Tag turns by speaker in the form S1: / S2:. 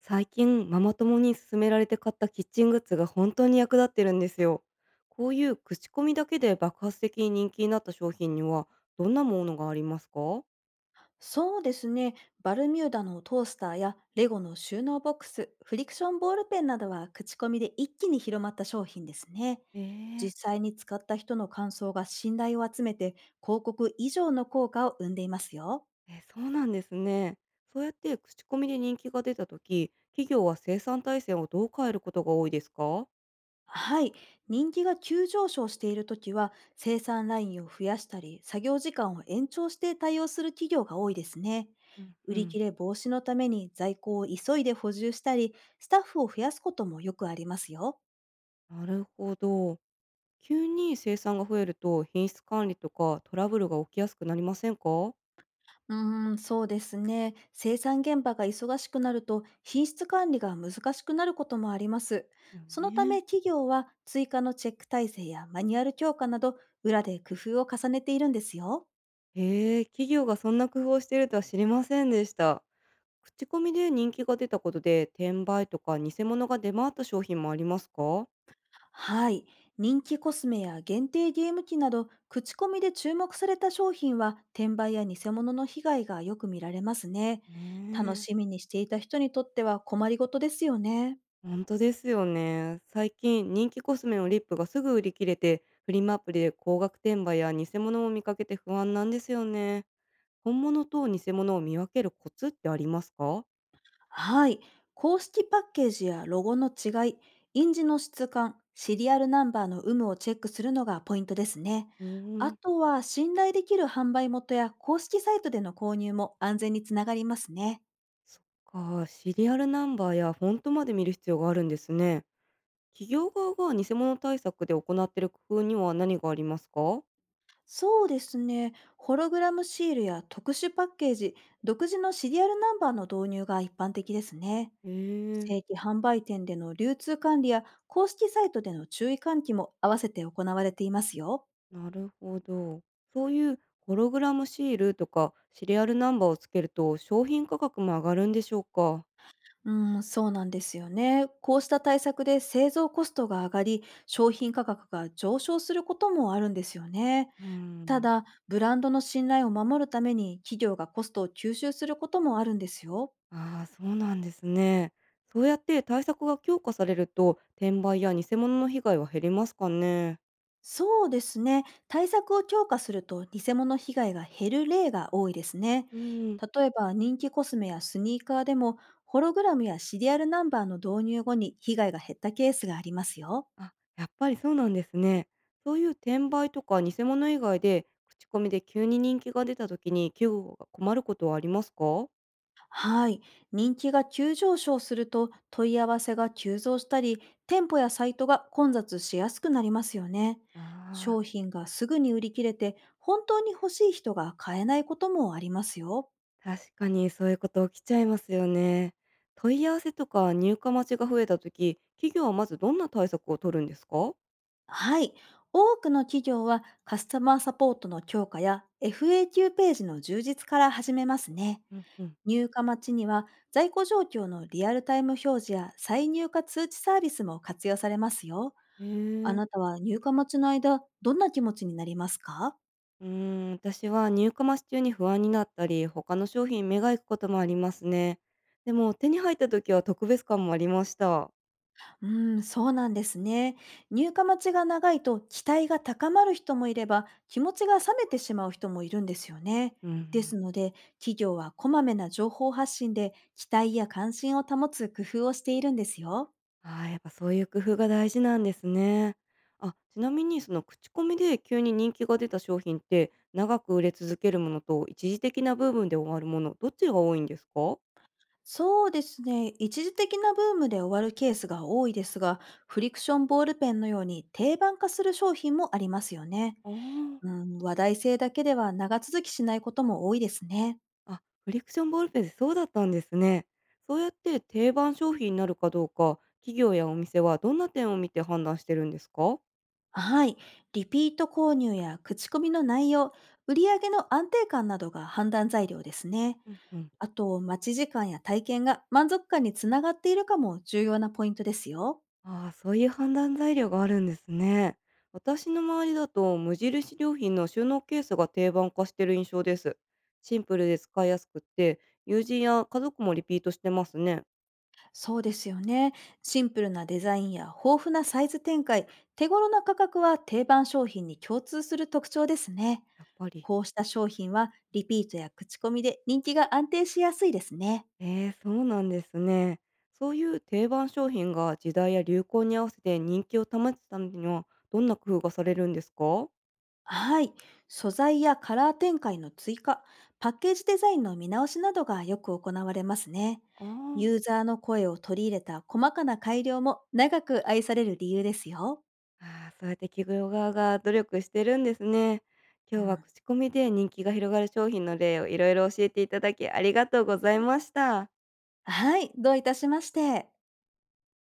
S1: 最近ママ友に勧められて買ったキッチングッズが本当に役立ってるんですよ。こういう口コミだけで爆発的に人気になった商品にはどんなものがありますか？
S2: そうですね。バルミューダのトースターやレゴの収納ボックス、フリクションボールペンなどは口コミで一気に広まった商品ですね。
S1: え
S2: 実際に使った人の感想が信頼を集めて、広告以上の効果を生んでいますよ。
S1: ええ、そうなんですね。そうやって口コミで人気が出た時、企業は生産体制をどう変えることが多いですか？
S2: はい。人気が急上昇しているときは、生産ラインを増やしたり作業時間を延長して対応する企業が多いですね。
S1: うん
S2: 売
S1: う
S2: り
S1: ん。
S2: 切れ防止のために在庫を急いで補充したり、スタッフを増やすこともよくありますよ。
S1: なるほど。急に生産が増えると品質管理とかトラブルが起きやすくなりませんか？よ
S2: そうですね。生産現場が忙しくなると、品質管理が難しくなることもあります。そのた
S1: ね。
S2: め、企業は追加のチェック体制やマニュアル強化など、裏で工夫を重ねているんですよ。
S1: へえ、企業がそんな工夫をしているとは知りませんでした。口コミで人気が出たことで、転売とか偽物が出回った商品もありますか？
S2: はい。人気コスメや限定ゲーム機など、口コミで注目された商品は転売や偽物の被害がよく見られますね。
S1: ね
S2: 楽
S1: え。
S2: しみにしていた人にとっては困りごとですよね。
S1: ほんとですよね。最近、人気コスメのリップがすぐ売り切れて、フリマアプリで高額転売や偽物を見かけて不安なんですよね。本物と偽物を見分けるコツってありますか？
S2: はい。公式パッケージやロゴの違い、印字の質感、シリアルナンバーの有無をチェックするのがポイントですね。
S1: うー
S2: あ
S1: ん、
S2: とは、信頼できる販売元や公式サイトでの購入も安全につながりますね。
S1: そっか。シリアルナンバーやフォントまで見る必要があるんですね。企業側が偽物対策で行っている工夫には何がありますか？
S2: そうですね。ホログラムシールや特殊パッケージ、独自のシリアルナンバーの導入が一般的ですね。
S1: へえ、
S2: 正規販売店での流通管理や公式サイトでの注意喚起も合わせて行われていますよ。
S1: なるほど。そういうホログラムシールとかシリアルナンバーをつけると商品価格も上がるんでしょうか？
S2: うん、そうなんですよね。こうした対策で製造コストが上がり、商品価格が上昇することもあるんですよね。
S1: うー
S2: た
S1: ん。
S2: だ、ブランドの信頼を守るために、企業がコストを吸収することもあるんですよ。
S1: ああ、そうなんですね。そうやって対策が強化されると転売や偽物の被害は減りますかね？
S2: そうですね。対策を強化すると、偽物被害が減る例が多いですね。
S1: うん。
S2: 例えば、人気コスメやスニーカーでも、ホログラムやシリアルナンバーの導入後に被害が減ったケースがありますよ。
S1: あ、やっぱりそうなんですね。そういう転売とか偽物以外で、口コミで急に人気が出た時に企業が困ることはありますか？
S2: はい。人気が急上昇すると問い合わせが急増したり、店舗やサイトが混雑しやすくなりますよね。
S1: ああ、
S2: 商品がすぐに売り切れて、本当に欲しい人が買えないこともありますよ。
S1: 確かにそういうこと起きちゃいますよね。問い合わせとか入荷待ちが増えた時、企業はまずどんな対策を取るんですか？
S2: はい。多くの企業は、カスタマーサポートの強化や FAQ ページの充実から始めますね。
S1: うんうん。
S2: 入荷待ちには、在庫状況のリアルタイム表示や再入荷通知サービスも活用されますよ。
S1: へ
S2: あ
S1: え。
S2: なたは入荷待ちの間、どんな気持ちになりますか？
S1: うーん、私は入荷待ち中に不安になったり、他の商品目が行くこともありますね。でも手に入った時は特別感もありました。
S2: そうなんですね。入荷待ちが長いと、期待が高まる人もいれば、気持ちが冷めてしまう人もいるんですよね。
S1: うんう
S2: で
S1: ん。
S2: すので、企業はこまめな情報発信で期待や関心を保つ工夫をしているんですよ。
S1: ああ、やっぱそういう工夫が大事なんですね。あ、ちなみにその口コミで急に人気が出た商品って、長く売れ続けるものと一時的な部分で終わるもの、どっちが多いんですか？
S2: そうですね。一時的なブームで終わるケースが多いですが、フリクションボールペンのように定番化する商品もありますよね。
S1: あ
S2: うん、話題性だけでは長続きしないことも多いですね。
S1: あ、あ、フリクションボールペン、でそうだったんですね。そうやって定番商品になるかどうか、企業やお店はどんな点を見て判断してるんですか？
S2: はい。リピート購入や口コミの内容、売上の安定感などが判断材料ですね。
S1: うんうん。
S2: あと、待ち時間や体験が満足感につながっているかも重要なポイントですよ。
S1: ああ、そういう判断材料があるんですね。私の周りだと無印良品の収納ケースが定番化してる印象です。シンプルで使いやすくって、友人や家族もリピートしてますね。
S2: そうですよね。シンプルなデザインや豊富なサイズ展開、手頃な価格は定番商品に共通する特徴ですね。
S1: やっぱり。
S2: こうした商品はリピートや口コミで人気が安定しやすいですね。
S1: ええ、そうなんですね。そういう定番商品が時代や流行に合わせて人気を保つためには、どんな工夫がされるんですか？
S2: はい。素材やカラー展開の追加、パッケージデザインの見直しなどがよく行われますね。
S1: ああー。
S2: ユーザーの声を取り入れた細かな改良も長く愛される理由ですよ。
S1: ああ、そうやって企業側が努力してるんですね。今
S2: う
S1: 日は
S2: ん、
S1: 口コミで人気が広がる商品の例をいろいろ教えていただきありがとうございました。
S2: はい。どういたしまして。